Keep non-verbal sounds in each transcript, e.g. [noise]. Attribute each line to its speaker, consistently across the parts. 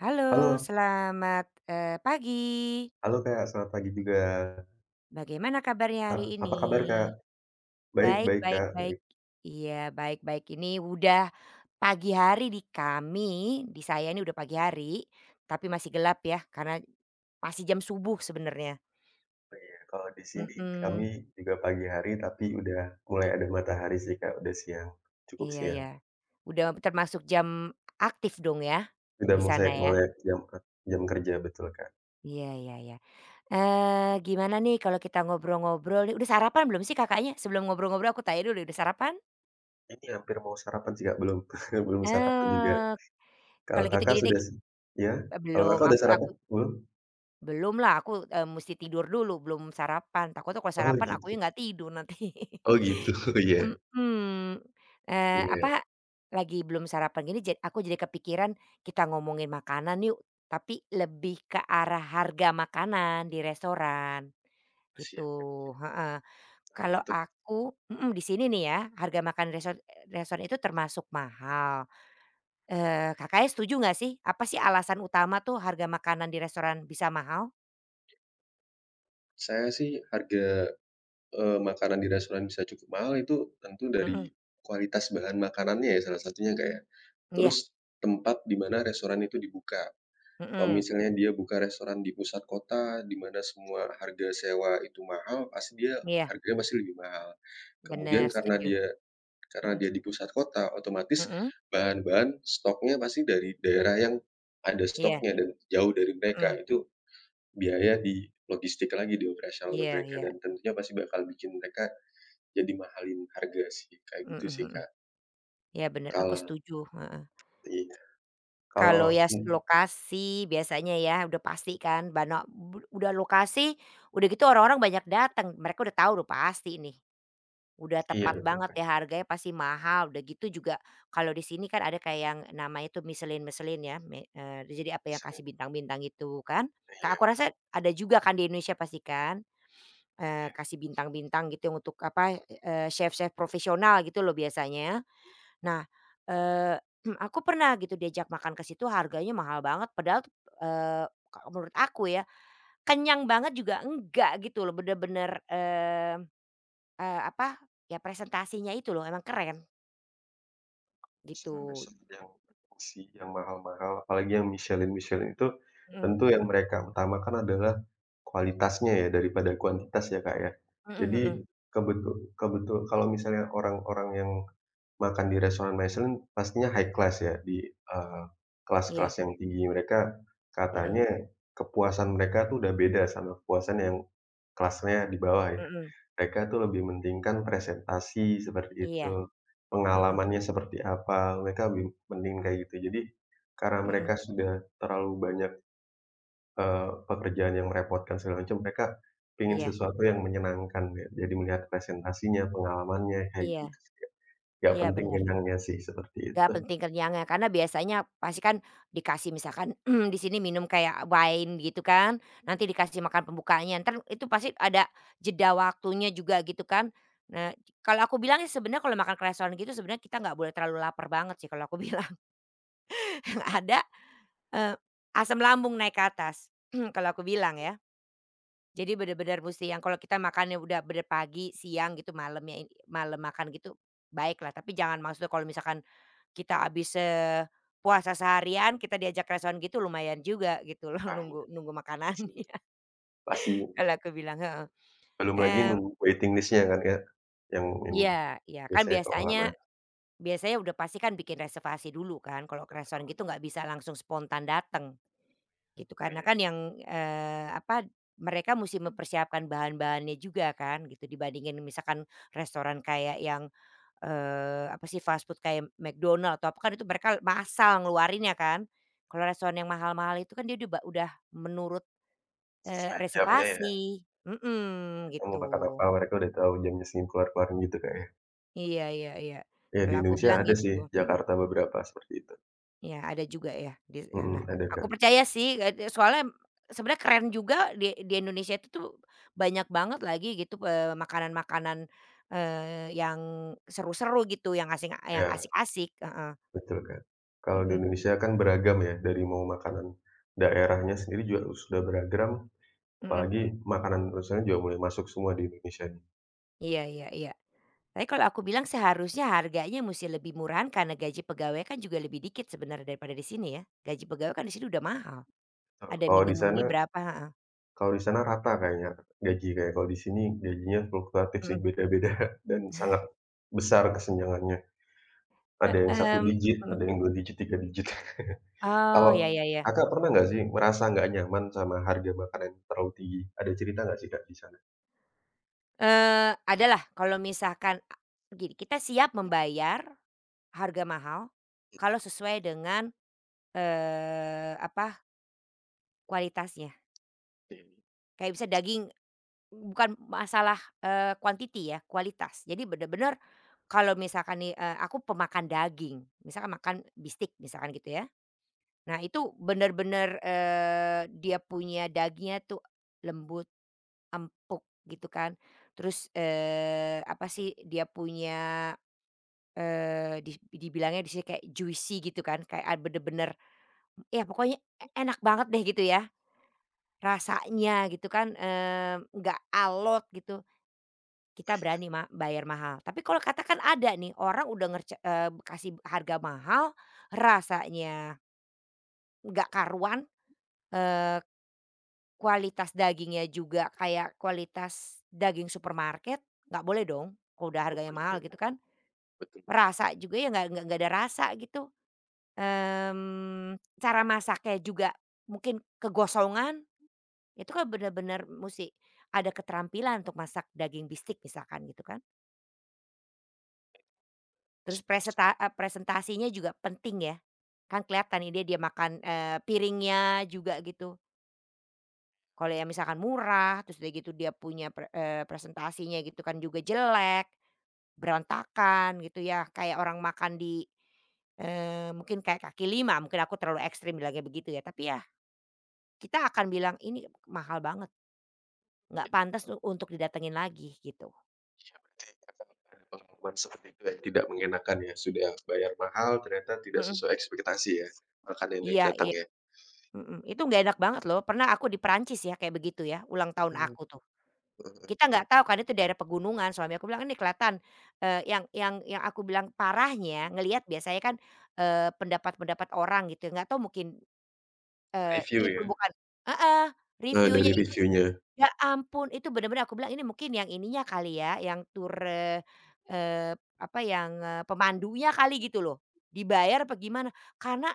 Speaker 1: Halo,
Speaker 2: Halo
Speaker 1: selamat, pagi.
Speaker 2: halo Kak, selamat pagi juga.
Speaker 1: Bagaimana kabarnya
Speaker 2: Kak,
Speaker 1: hari ini?
Speaker 2: apa kabar Kak? Baik
Speaker 1: Baik
Speaker 2: baik
Speaker 1: baik
Speaker 2: Kak,
Speaker 1: baik.
Speaker 2: baik
Speaker 1: Iya, baik baik. Ini udah pagi hari di kami, di saya ini udah pagi hari, tapi masih gelap ya karena masih jam subuh sebenarnya.
Speaker 2: baik. Ya, kalau di sini kami
Speaker 1: Mhm,
Speaker 2: juga pagi hari, tapi udah mulai ada matahari sih Kak, udah siang, cukup
Speaker 1: iya
Speaker 2: siang.
Speaker 1: iya. Udah termasuk jam aktif dong ya,
Speaker 2: Udah
Speaker 1: di
Speaker 2: mulai
Speaker 1: sana ya?
Speaker 2: mulai jam jam kerja, betul Kak.
Speaker 1: Iya iya iya. Eh, gimana nih kalau kita ngobrol-ngobrol nih, udah sarapan belum sih Kakaknya? Sebelum ngobrol-ngobrol aku tanya dulu, udah sarapan?
Speaker 2: Ini hampir mau sarapan sih Kak, belum [laughs] belum sarapan juga.
Speaker 1: Eee,
Speaker 2: Kalau
Speaker 1: Kalau gitu
Speaker 2: Kakak
Speaker 1: gini deh,
Speaker 2: sudah
Speaker 1: ki
Speaker 2: s Ya?
Speaker 1: e
Speaker 2: Kalau
Speaker 1: belum,
Speaker 2: Kakak udah
Speaker 1: aku
Speaker 2: sarapan? Belum?
Speaker 1: belumlah, aku, musti tidur dulu, belum sarapan. Takutnya kalau
Speaker 2: Oh
Speaker 1: sarapan akunya
Speaker 2: gitu
Speaker 1: nggak tidur nanti.
Speaker 2: oh gitu, [laughs] iya
Speaker 1: [laughs] Mhm,
Speaker 2: iya,
Speaker 1: apa, lagi belum sarapan gini ja aku jadi kepikiran kita ngomongin makanan yuk, tapi lebih ke arah harga makanan di restoran,
Speaker 2: siap Kak,
Speaker 1: gitu,
Speaker 2: siap,
Speaker 1: heeh.
Speaker 2: menarik
Speaker 1: Kalau
Speaker 2: itu.
Speaker 1: aku mhm, di sini nih ya, harga makan resto restoran itu termasuk mahal. Kakaknya setuju nggak sih? Apa sih alasan utama tuh harga makanan di restoran bisa mahal?
Speaker 2: Saya sih harga Makanan di restoran bisa cukup mahal itu tentu
Speaker 1: Mhm,
Speaker 2: dari kualitas bahan makanannya ya salah satunya, Kak, ya.
Speaker 1: iya,
Speaker 2: Terus tempat di mana restoran itu dibuka. Kalau
Speaker 1: mhm,
Speaker 2: misalnya dia buka restoran di pusat kota, di mana semua harga sewa itu mahal, pasti
Speaker 1: iya,
Speaker 2: harganya pasti lebih mahal. Kemudian
Speaker 1: bener setuju,
Speaker 2: karena
Speaker 1: mhm,
Speaker 2: dia di pusat kota, otomatis
Speaker 1: mhm,
Speaker 2: bahan-bahan stoknya pasti dari daerah yang ada
Speaker 1: iya,
Speaker 2: stoknya dan jauh dari mereka.
Speaker 1: mhm,
Speaker 2: Itu biaya di logistik lagi, di operasional buat
Speaker 1: iya
Speaker 2: mereka
Speaker 1: iya,
Speaker 2: dan tentunya pasti bakal bikin mereka jadi mahalin harga sih, kayak gitu
Speaker 1: mhm
Speaker 2: sih,
Speaker 1: mhm,
Speaker 2: Kak.
Speaker 1: iya bener aku
Speaker 2: Kalau
Speaker 1: setuju, heeh.
Speaker 2: iya,
Speaker 1: Kalau
Speaker 2: Kalau
Speaker 1: ya s
Speaker 2: mung
Speaker 1: lokasi biasanya ya udah pasti kan bana bud udah lokasi, udah gitu orang-orang banyak dateng, mereka udah tahu udah pasti nih. Udah
Speaker 2: iya
Speaker 1: tepat
Speaker 2: betul,
Speaker 1: banget
Speaker 2: Kak.
Speaker 1: ya, harganya pasti mahal, udah gitu juga kalau di sini kan ada kayak yang namanya tuh Michelin-Michelin ya, jadi apa yang kasih
Speaker 2: Misalnya
Speaker 1: bintang-bintang gitu kan. Kak,
Speaker 2: iya,
Speaker 1: aku rasa ada juga kan di Indonesia pasti kan, kasih bintang-bintang gitu yang untuk apa, chef-chef profesional gitu loh biasanya. Nah, eee, [clears throat] aku pernah gitu diajak makan ke situ harganya mahal banget padahal, eee, kalau menurut aku ya, kenyang banget juga enggak gitu loh bener-bener, apa, ya presentasinya itu loh emang keren gitu.
Speaker 2: restoran-restoran yang berfungsi, yang mahal-mahal, apalagi yang Michelin-Michelin itu,
Speaker 1: Mhm,
Speaker 2: tentu yang mereka utamakan adalah kualitasnya ya, daripada kuantitas ya, Kak, ya.
Speaker 1: mhm mhm.
Speaker 2: Jadi kebetu kebetu kalau misalnya orang-orang yang makan di restoran Michelin pastinya high class ya di,
Speaker 1: Iya,
Speaker 2: kelas-kelas yang tinggi. Mereka
Speaker 1: mhm,
Speaker 2: katanya kepuasan mereka tuh udah beda sama kepuasan yang kelasnya di bawah ya.
Speaker 1: Mhm.
Speaker 2: Mereka tuh lebih mementingkan presentasi seperti
Speaker 1: iya,
Speaker 2: itu,
Speaker 1: mhm,
Speaker 2: pengalamannya seperti apa, mereka lebih mending kayak gitu. Jadi karena
Speaker 1: Mhm.
Speaker 2: mereka sudah terlalu banyak, pekerjaan yang merepotkan segala macam, mereka pengen
Speaker 1: iya
Speaker 2: sesuatu yang menyenangkan ya. Jadi melihat presentasinya, pengalamannya, kayak gitu
Speaker 1: iya
Speaker 2: sih, Kak. Nggak
Speaker 1: iya
Speaker 2: penting
Speaker 1: benar.
Speaker 2: kenyangnya sih seperti
Speaker 1: Nggak
Speaker 2: itu.
Speaker 1: penting kenyangnya karena biasanya pasti kan dikasih misalkan [clears throat] di sini minum kayak wine gitu kan, nanti dikasih makan pembukaannya Ntar itu pasti ada jeda waktunya juga gitu kan. Nah kalau aku bilang sih sebenarnya kalau makan restoran gitu sebenarnya kita nggak boleh terlalu lapar banget sih kalau aku bilang, [laughs] yang ada Eee, asam lambung naik ke atas, [clears throat] kalau aku bilang ya. Jadi benar-benar mesti yang kalau kita makannya udah bener pagi, siang gitu, malamnya ini- malam makan gitu, baiklah. Tapi jangan maksudnya kalau misalkan kita habis, puasa seharian, kita diajak restoran gitu lumayan juga gitu loh, [laughs]
Speaker 2: Paham
Speaker 1: nunggu nunggu makanan
Speaker 2: sih,
Speaker 1: [laughs]
Speaker 2: pasti
Speaker 1: kalau aku bilang, heeh.
Speaker 2: belum lagi
Speaker 1: Mmm,
Speaker 2: nunggu waiting list-nya kan Kak, yang ini
Speaker 1: iya iya, kan
Speaker 2: biasanya kalau lama
Speaker 1: biasanya biasanya udah pasti kan bikin reservasi dulu kan, kalau ke restoran gitu
Speaker 2: [unintelligible]
Speaker 1: nggak bisa langsung spontan datang Gitu,
Speaker 2: oh
Speaker 1: karena
Speaker 2: iya
Speaker 1: kan
Speaker 2: gitu,
Speaker 1: yang, apa, mereka mesti mempersiapkan bahan-bahannya juga kan gitu dibandingin misalkan restoran kayak yang, apa sih, fast food kayak McDonald atau apa kan itu mereka masal ngeluarinnya kan. Kalau restoran yang mahal-mahal itu kan dia udah menurut,
Speaker 2: sesuai jamnya ya,
Speaker 1: reservasi, mhm,
Speaker 2: kita mau makan
Speaker 1: gitu.
Speaker 2: apa mereka udah tahu jamnya segini keluar-keluaran gitu Kak ya.
Speaker 1: Iya iya iya,
Speaker 2: Ya di
Speaker 1: kalau aku
Speaker 2: Indonesia
Speaker 1: bilang
Speaker 2: ada
Speaker 1: gitu,
Speaker 2: sih,
Speaker 1: mhm.
Speaker 2: Jakarta beberapa seperti itu.
Speaker 1: Iya, ada juga ya di
Speaker 2: Mhm,
Speaker 1: sana.
Speaker 2: ada Kak.
Speaker 1: Aku percaya sih, soalnya sebenarnya keren juga di Indonesia itu tuh banyak banget lagi gitu, makanan-makanan, yang seru-seru gitu, yang asing yang
Speaker 2: Iya,
Speaker 1: asik-asik, heeh,
Speaker 2: betul Kak. Kalau di
Speaker 1: mhm
Speaker 2: Indonesia kan beragam ya, dari mau makanan daerahnya sendiri juga sudah beragam,
Speaker 1: mhm,
Speaker 2: apalagi makanan Indonesia juga mulai masuk semua di Indonesia nih.
Speaker 1: iya iya iya. Tapi kalau aku bilang seharusnya harganya musti lebih murahan karena gaji pegawai kan juga lebih dikit sebenarnya daripada di sini ya. Gaji pegawai kan di sini udah mahal, ada
Speaker 2: Kalau di sana
Speaker 1: minimumnya berapa heeh,
Speaker 2: Kalau di sana rata kayaknya gaji kayak kalau di sini gajinya fluktuatif sih
Speaker 1: mhm,
Speaker 2: beda-beda [laughs] dan sangat besar kesenjangannya. Ada yang satu
Speaker 1: heeh,
Speaker 2: digit,
Speaker 1: mhm.
Speaker 2: ada yang 2 digit, 3 digit. [laughs]
Speaker 1: Oh,
Speaker 2: Kalau
Speaker 1: ya ya ya.
Speaker 2: Kakak pernah nggak sih merasa nggak nyaman sama harga makanan yang terlalu tinggi? Ada cerita nggak sih Kak di sana?
Speaker 1: Adalah kalau misalkan a gini, kita siap membayar harga mahal kalau sesuai dengan, apa, kualitasnya.
Speaker 2: Iya, iya,
Speaker 1: Kayak bisa daging bukan masalah, quantity ya, kualitas. Jadi bener-bener kalau misalkan nih, aku pemakan daging, misalkan makan bistik misalkan gitu ya. Nah itu bener-bener, dia punya dagingnya tuh lembut, empuk gitu kan. Terus, apa sih, dia punya dis dibilangnya di sini kayak juicy gitu kan, kayak a bener-bener ya pokoknya e enak banget deh gitu ya, rasanya gitu kan, nggak alot gitu, kita berani ma bayar mahal. Tapi kalau katakan ada nih orang udah ngerce kasih harga mahal, rasanya nggak karuan, eee, kualitas dagingnya juga kayak kualitas daging supermarket, nggak boleh dong kalau udah harganya
Speaker 2: betul iya,
Speaker 1: mahal gitu kan.
Speaker 2: betul, betul.
Speaker 1: Rasa juga ya nggak ada rasa gitu. Mmm, cara
Speaker 2: Ini tuh,
Speaker 1: masaknya juga mungkin kegosongan, itu kan bener-bener musti ada keterampilan untuk masak daging bistik misalkan gitu kan. Terus presentasinya juga penting ya, kan kelihatan nih dia dia makan, piringnya juga gitu. Kalau yang misalkan murah, terus udah gitu dia punya presentasinya gitu kan juga jelek, berantakan gitu ya, kayak orang makan di, mungkin kayak kaki lima, mungkin aku terlalu ekstrim bilangnya begitu ya, tapi ya Kita akan bilang, "Ini mahal banget, nggak pantas u untuk didatengin lagi," gitu.
Speaker 2: iya berarti Kakak ada pengalaman seperti itu yang tidak mengenakan ya, sudah bayar mahal ternyata tidak
Speaker 1: Mhm.
Speaker 2: sesuai ekspektasi ya, makanan yang
Speaker 1: Iya
Speaker 2: datang
Speaker 1: iya,
Speaker 2: ya?
Speaker 1: mhm, itu nggak enak banget loh, pernah aku di Perancis ya kayak begitu ya, ulang tahun
Speaker 2: Oh,
Speaker 1: aku tuh.
Speaker 2: heeh,
Speaker 1: Kita nggak tahu kan itu daerah pegunungan, suami aku bilang, "Ini kelihatan," yang aku bilang parahnya ngelihat biasanya kan, pendapat-pendapat orang gitu, ya, nggak tahu mungkin,
Speaker 2: review
Speaker 1: itu
Speaker 2: ya?
Speaker 1: bukan heeh, reviewnya
Speaker 2: Dari reviewnya.
Speaker 1: Ya ampun, itu bener-bener aku bilang ini mungkin yang ininya kali ya, yang tur eee eee, apa, yang, pemandunya kali gitu loh. Dibayar apa gimana, karena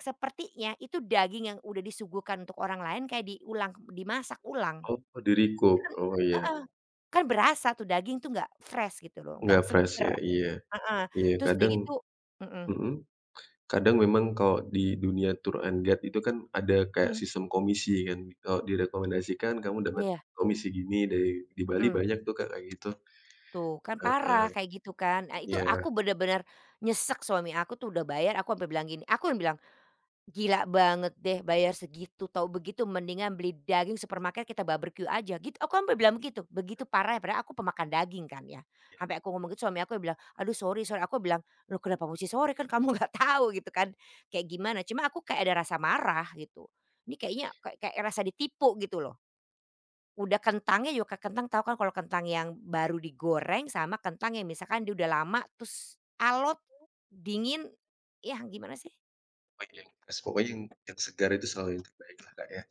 Speaker 1: sepertinya itu daging yang udah disuguhkan untuk orang lain kayak diulang dimasak ulang.
Speaker 2: Oh, di
Speaker 1: Ya
Speaker 2: recook.
Speaker 1: kan
Speaker 2: Oh, iya,
Speaker 1: heeh, kan berasa tuh daging tuh nggak fresh gitu loh, nggak
Speaker 2: nggak fresh
Speaker 1: seger,
Speaker 2: ya, iya
Speaker 1: heeh.
Speaker 2: iya
Speaker 1: Terus kayak
Speaker 2: kadang
Speaker 1: gitu mhm
Speaker 2: mhm, kadang memang kalau di dunia tour and guide itu kan ada kayak
Speaker 1: mhm,
Speaker 2: sistem komisi kan, kalau direkomendasikan kamu dapat
Speaker 1: iya,
Speaker 2: komisi gini dari di Bali
Speaker 1: mhm.
Speaker 2: banyak tuh, Kak, kayak gitu.
Speaker 1: Tuh kan parah
Speaker 2: Heeh,
Speaker 1: kayak gitu kan. Nah itu
Speaker 2: iya
Speaker 1: aku bener-bener nyesek suami aku tuh udah bayar, aku sampai bilang gini, aku yang bilang Gila banget deh bayar segitu, tahu begitu mendingan beli daging supermarket kita barbeque aja gitu, aku sampai bilang begitu, begitu parah ya padahal aku pemakan daging kan ya.
Speaker 2: iya,
Speaker 1: Sampai aku ngomong gitu suami aku bilang, "Aduh sorry sorry," aku bilang, lo kenapa mesti sorry kan kamu [laughs] nggak tahu gitu kan kayak gimana." Cuma aku kayak ada rasa marah gitu. Ini kayaknya kayak kayak rasa ditipu gitu loh. Udah kentangnya juga kayak kentang tahu kan kalau kentang yang baru digoreng sama kentang yang misalkan dia udah lama terus alot, dingin, ya gimana sih?
Speaker 2: pokoknya yang fresh, pokoknya yang segar itu selalu yang terbaik lah, Kak, ya.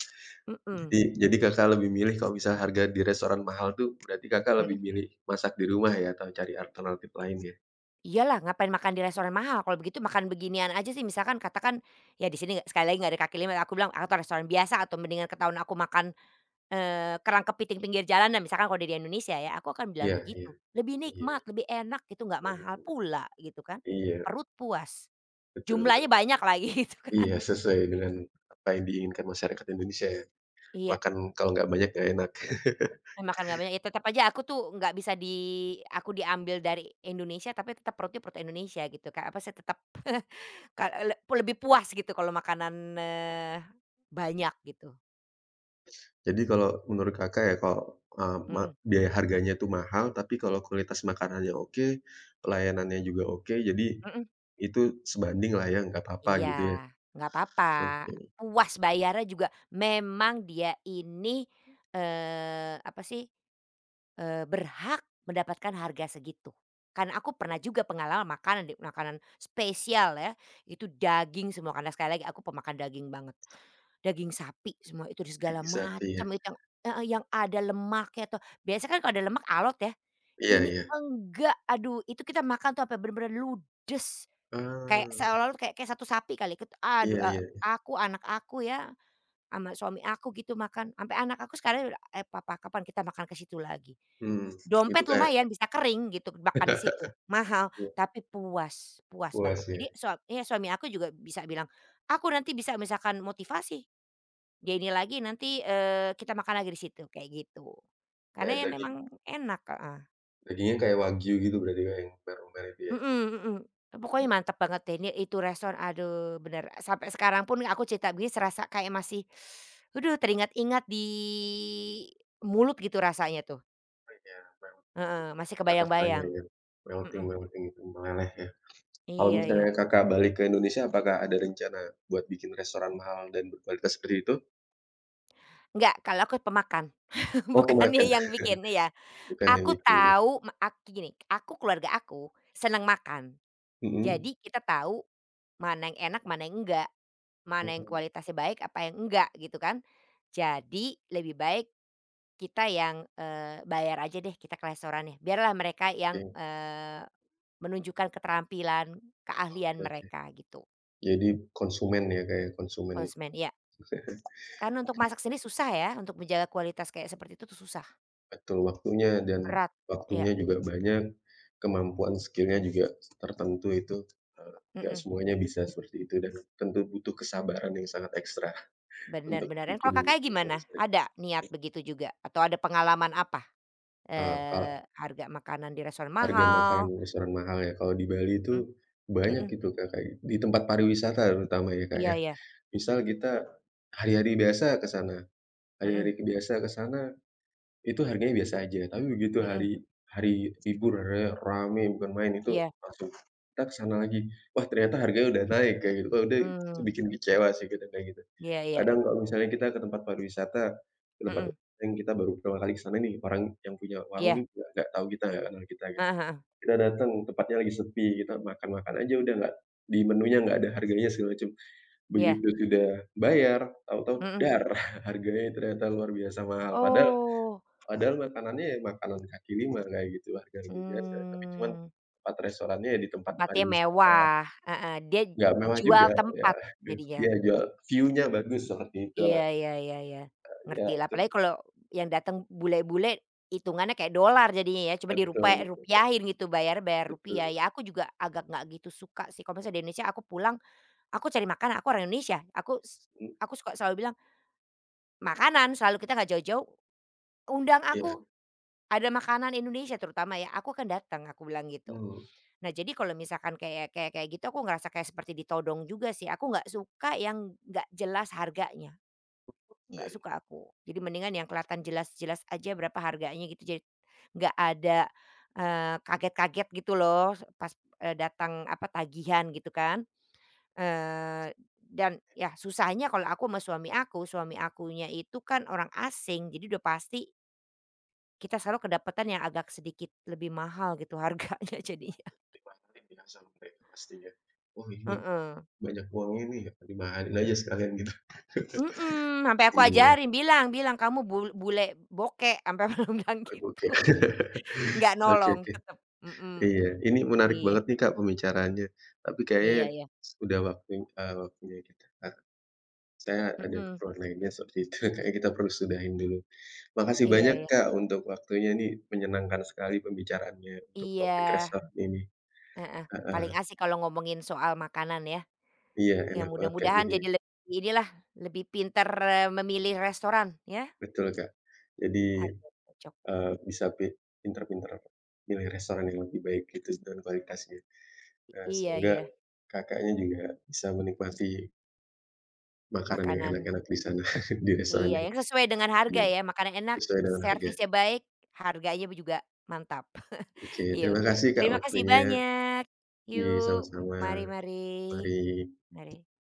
Speaker 2: Jadi
Speaker 1: Mhm.
Speaker 2: jadi Kakak lebih milih kalau misal harga di restoran mahal tuh berarti Kakak lebih milih masak di rumah ya atau cari alternatif lain ya?
Speaker 1: Iyalah, ngapain makan di restoran mahal, kalau begitu makan beginian aja sih misalkan katakan, ya di sini nggak- sekali lagi nggak ada kaki lima, aku bilang atau restoran biasa atau mendingan ketahuan aku makan, kerang kepiting pinggir jalan dan misalkan kalau di Indonesia ya, aku akan bilang
Speaker 2: Iya iya
Speaker 1: begitu. Lebih
Speaker 2: iya,
Speaker 1: nikmat, lebih enak gitu, nggak
Speaker 2: bener
Speaker 1: mahal
Speaker 2: bener.
Speaker 1: pula gitu kan,
Speaker 2: Iya,
Speaker 1: perut puas,
Speaker 2: betul betul,
Speaker 1: jumlahnya
Speaker 2: Kak.
Speaker 1: banyak lagi [laughs] gitu kan.
Speaker 2: Iya, sesuai dengan apa yang diinginkan masyarakat Indonesia ya,
Speaker 1: Iya.
Speaker 2: makan kalau nggak banyak nggak enak. [laughs]
Speaker 1: Makan nggak banyak, ya tetap aja aku tuh nggak bisa di aku diambil dari Indonesia, tapi tetap perutnya perut Indonesia gitu, kayak apa sih tetap [laughs] ka le lebih puas gitu kalau makanan, banyak gitu.
Speaker 2: Jadi kalau menurut Kakak ya kalau, eee, ma
Speaker 1: Mhm
Speaker 2: biaya harganya itu mahal, tapi kalau kualitas makanannya oke, pelayanannya juga oke, jadi
Speaker 1: mhm.
Speaker 2: itu sebanding lah ya, nggak apa-apa
Speaker 1: Iya,
Speaker 2: gitu ya.
Speaker 1: nggak apa-apa,
Speaker 2: Oke,
Speaker 1: puas bayarnya juga memang dia ini, apa sih, berhak mendapatkan harga segitu. Karena aku pernah juga pengalaman makanan di makanan spesial ya, itu daging semua, karena sekali lagi aku pemakan daging banget. Daging sapi semua itu di segala
Speaker 2: daging sapi ya.
Speaker 1: macam itu yang heeh, yang ada lemaknya tuh, biasa kan kalau ada lemak alot ya,
Speaker 2: Iya
Speaker 1: ini
Speaker 2: iya,
Speaker 1: enggak, aduh itu kita makan tuh sampai bener-bener ludes, kayak
Speaker 2: ah
Speaker 1: seolah-olah kayak kayak satu sapi kali ikut
Speaker 2: iya
Speaker 1: aduh,
Speaker 2: iya,
Speaker 1: aku, anak aku ya, sama suami aku gitu makan, sampai anak aku sekarang udah, "Eh, papa kapan kita makan ke situ lagi?"
Speaker 2: hmm itu
Speaker 1: Dompet
Speaker 2: kayak
Speaker 1: lumayan bisa kering gitu makan di
Speaker 2: [laughs]
Speaker 1: situ, mahal
Speaker 2: iya,
Speaker 1: tapi puas, puas banget.
Speaker 2: puas ya,
Speaker 1: Jadi sua iya, suami aku juga bisa bilang, "Aku nanti bisa misalkan motivasi dia ini lagi nanti, kita makan lagi di situ, kayak gitu.
Speaker 2: kayak
Speaker 1: Karena ya
Speaker 2: daging
Speaker 1: memang enak, heeh.
Speaker 2: dagingnya kayak wagyu gitu berarti Kak, yang merah-merah itu ya?
Speaker 1: Mhm mhm. Pokoknya mantap banget deh ini itu restoran, aduh bener, sampai sekarang pun aku cerita begini serasa kayak masih, aduh teringat-ingat di mulut gitu rasanya tuh,
Speaker 2: Iya,
Speaker 1: heeh, masih
Speaker 2: kita rasanya
Speaker 1: kebayang-bayang,
Speaker 2: ya,
Speaker 1: mhm.
Speaker 2: melting-melting itu, meleleh ya. Kalau
Speaker 1: Iya iya.
Speaker 2: misalnya Kakak balik ke Indonesia, apakah ada rencana buat bikin restoran mahal dan berkualitas seperti itu?
Speaker 1: Enggak, kalau aku pemakan, [laughs]
Speaker 2: Oh
Speaker 1: bukannya
Speaker 2: pemakan,
Speaker 1: yang bikin, iya.
Speaker 2: bukan yang
Speaker 1: Aku
Speaker 2: bikin ya?
Speaker 1: tahu me ak gini, aku keluarga aku senang makan,
Speaker 2: Mhm,
Speaker 1: jadi kita tahu Mana yang enak, mana yang enggak, mana yang
Speaker 2: mmm,
Speaker 1: kualitasnya baik, apa yang enggak gitu kan. Jadi lebih baik kita yang, bayar aja deh kita ke restoran ya, biarlah mereka yang,
Speaker 2: oke
Speaker 1: menunjukkan keterampilan, keahlian
Speaker 2: oke oke.
Speaker 1: mereka gitu,
Speaker 2: Jadi konsumen ya Kak ya, konsumen
Speaker 1: konsumen ya Karena untuk masak sendiri susah ya, untuk menjaga kualitas kayak seperti itu tuh susah,
Speaker 2: betul waktunya dan
Speaker 1: berat, ya
Speaker 2: waktunya juga banyak, kemampuan skill-nya juga tertentu itu, nggak
Speaker 1: mhm,
Speaker 2: semuanya bisa seperti itu dan tentu butuh kesabaran yang sangat ekstra
Speaker 1: benar
Speaker 2: untuk
Speaker 1: bener. Dan
Speaker 2: bikin
Speaker 1: kalau Kakaknya
Speaker 2: makanan
Speaker 1: gimana?
Speaker 2: seperti itu.
Speaker 1: Ada niat begitu juga? Atau ada pengalaman apa?
Speaker 2: Eee, kal
Speaker 1: Harga makanan di restoran
Speaker 2: Harga makanan
Speaker 1: mahal?
Speaker 2: di restoran mahal ya, kalau di Bali itu
Speaker 1: Mhm
Speaker 2: banyak
Speaker 1: mhm.
Speaker 2: gitu, Kak, kayak di tempat pariwisata terutama ya, Kak,
Speaker 1: Iya
Speaker 2: ya.
Speaker 1: iya.
Speaker 2: Misal kita hari-hari biasa ke sana, hari-hari
Speaker 1: Mhm
Speaker 2: biasa ke sana itu harganya biasa aja, tapi begitu
Speaker 1: mhm.
Speaker 2: hari hari libur, harganya rame bukan main, itu
Speaker 1: Iya.
Speaker 2: langsung kita ke sana lagi, wah ternyata harganya udah naik kayak gitu, wah udah itu
Speaker 1: Mmm.
Speaker 2: bikin kecewa sih kita kayak gitu.
Speaker 1: Iya iya.
Speaker 2: Kadang kalau misalnya kita ke tempat pariwisata, ke tempat
Speaker 1: Mhm.
Speaker 2: yang kita baru pertama kali ke sana nih, orang yang punya warung
Speaker 1: Iya.
Speaker 2: nih nggak tahu kita, nggak kenal kita gitu.
Speaker 1: Heeh heeh.
Speaker 2: Kita datang tempatnya lagi sepi, kita makan-makan aja udah nggak di menunya nggak ada harganya segala macem.
Speaker 1: Iya.
Speaker 2: Begitu sudah bayar, tahu-tahu
Speaker 1: Mhm.
Speaker 2: dar [laughs] harganya ternyata luar biasa mahal. Padahal
Speaker 1: Oh.
Speaker 2: padahal makanannya ya makanan kaki lima kayak gitu, harga-harga biasa, tapi cuman
Speaker 1: Mmm.
Speaker 2: tempat restorannya ya di tempat
Speaker 1: Tempatnya
Speaker 2: pariwisata,
Speaker 1: mewah, heeh, dia
Speaker 2: nggak mewah
Speaker 1: jual
Speaker 2: juga ya,
Speaker 1: tempat
Speaker 2: [laughs]
Speaker 1: jadinya.
Speaker 2: iya jual view-nya bagus seperti itulah.
Speaker 1: Iya iya iya iya.
Speaker 2: Ya
Speaker 1: Ngertilah,
Speaker 2: itu
Speaker 1: apalagi kalau yang datang bule-bule hitungannya kayak dolar jadinya ya, cuma dirupa
Speaker 2: betul betul, Kak,
Speaker 1: rupiahin gitu, bayarnya bayar rupiah.
Speaker 2: betul,
Speaker 1: Ya aku juga agak nggak gitu suka sih, kalau misalnya di Indonesia aku pulang, aku cari makanan, aku orang Indonesia, aku s
Speaker 2: mmm,
Speaker 1: aku suka selalu bilang, "Makanan," selalu kita nggak jauh-jauh Undang
Speaker 2: iya,
Speaker 1: aku, ada makanan Indonesia terutama ya, aku akan datang aku bilang gitu.
Speaker 2: mmm,
Speaker 1: Nah jadi kalau misalkan kayak kayak kayak gitu aku ngerasa kayak seperti ditodong juga sih, aku nggak suka yang nggak jelas harganya,
Speaker 2: iya
Speaker 1: nggak
Speaker 2: iya.
Speaker 1: suka aku. Jadi mendingan yang kelihatan jelas-jelas aja berapa harganya gitu, jadi nggak ada, kaget-kaget gitu loh pas, datang apa, tagihan gitu kan. Eee, dan ya susahnya kalau aku sama suami aku, suami akunya itu kan orang asing jadi udah pasti kita selalu kedapatan yang agak sedikit lebih mahal gitu harganya [laughs] jadinya,
Speaker 2: Dimahalin ya sama mereka pastinya. Oh ini
Speaker 1: heeh,
Speaker 2: banyak uangnya nih, dimahalin aja sekalian gitu.
Speaker 1: mhm, sampai aku
Speaker 2: Iya,
Speaker 1: ajarin bilang bilang, "Kamu bul bule bokek," sampai [laughs] aku bilang
Speaker 2: oh gokil.
Speaker 1: gitu.
Speaker 2: [laughs]
Speaker 1: Nggak
Speaker 2: Oke
Speaker 1: nolong
Speaker 2: oke.
Speaker 1: tetep, mhm,
Speaker 2: Iya, ini menarik
Speaker 1: iya
Speaker 2: banget nih, Kak, pembicaraannya. Tapi kayaknya
Speaker 1: iya iya,
Speaker 2: sudah waktu waktunya kita Kak, saya ada
Speaker 1: mhm,
Speaker 2: keperluan lainnya seperti itu, [laughs] kayaknya kita perlu sudahin dulu. Makasih
Speaker 1: iya
Speaker 2: banyak,
Speaker 1: iya
Speaker 2: Kak, untuk waktunya nih, menyenangkan sekali pembicaraannya untuk
Speaker 1: iya,
Speaker 2: topik restoran ini.
Speaker 1: heeh, paling
Speaker 2: Heeh.
Speaker 1: asik kalau ngomongin soal makanan ya,
Speaker 2: Iya,
Speaker 1: ya
Speaker 2: enak banget, Kak,
Speaker 1: mudah-mudahan
Speaker 2: jadi
Speaker 1: jadi lebih inilah, lebih pinter eh, memilih restoran ya,
Speaker 2: betul, Kak. Jadi,
Speaker 1: harga cocok,
Speaker 2: eee, bisa pi pinter-pinter milih restoran yang lebih baik gitu dan kualitasnya. Nah,
Speaker 1: iya
Speaker 2: semoga
Speaker 1: iya,
Speaker 2: Kakaknya juga bisa menikmati makanan yang
Speaker 1: makanan.
Speaker 2: enak-enak di sana, [laughs] di restoran
Speaker 1: Iya,
Speaker 2: yang
Speaker 1: yang sesuai dengan harga ya,
Speaker 2: terjangkau,
Speaker 1: makanan enak,
Speaker 2: sesuai dengan harga.
Speaker 1: servisnya baik, harganya juga mantap.
Speaker 2: Oke,
Speaker 1: [laughs] Yuk,
Speaker 2: terima kasih Kak
Speaker 1: Terima kasih
Speaker 2: waktunya.
Speaker 1: banyak.
Speaker 2: Iya,
Speaker 1: Yuk,
Speaker 2: sama-sama.
Speaker 1: mari-mari.
Speaker 2: Mari.
Speaker 1: Mari mari. Mari.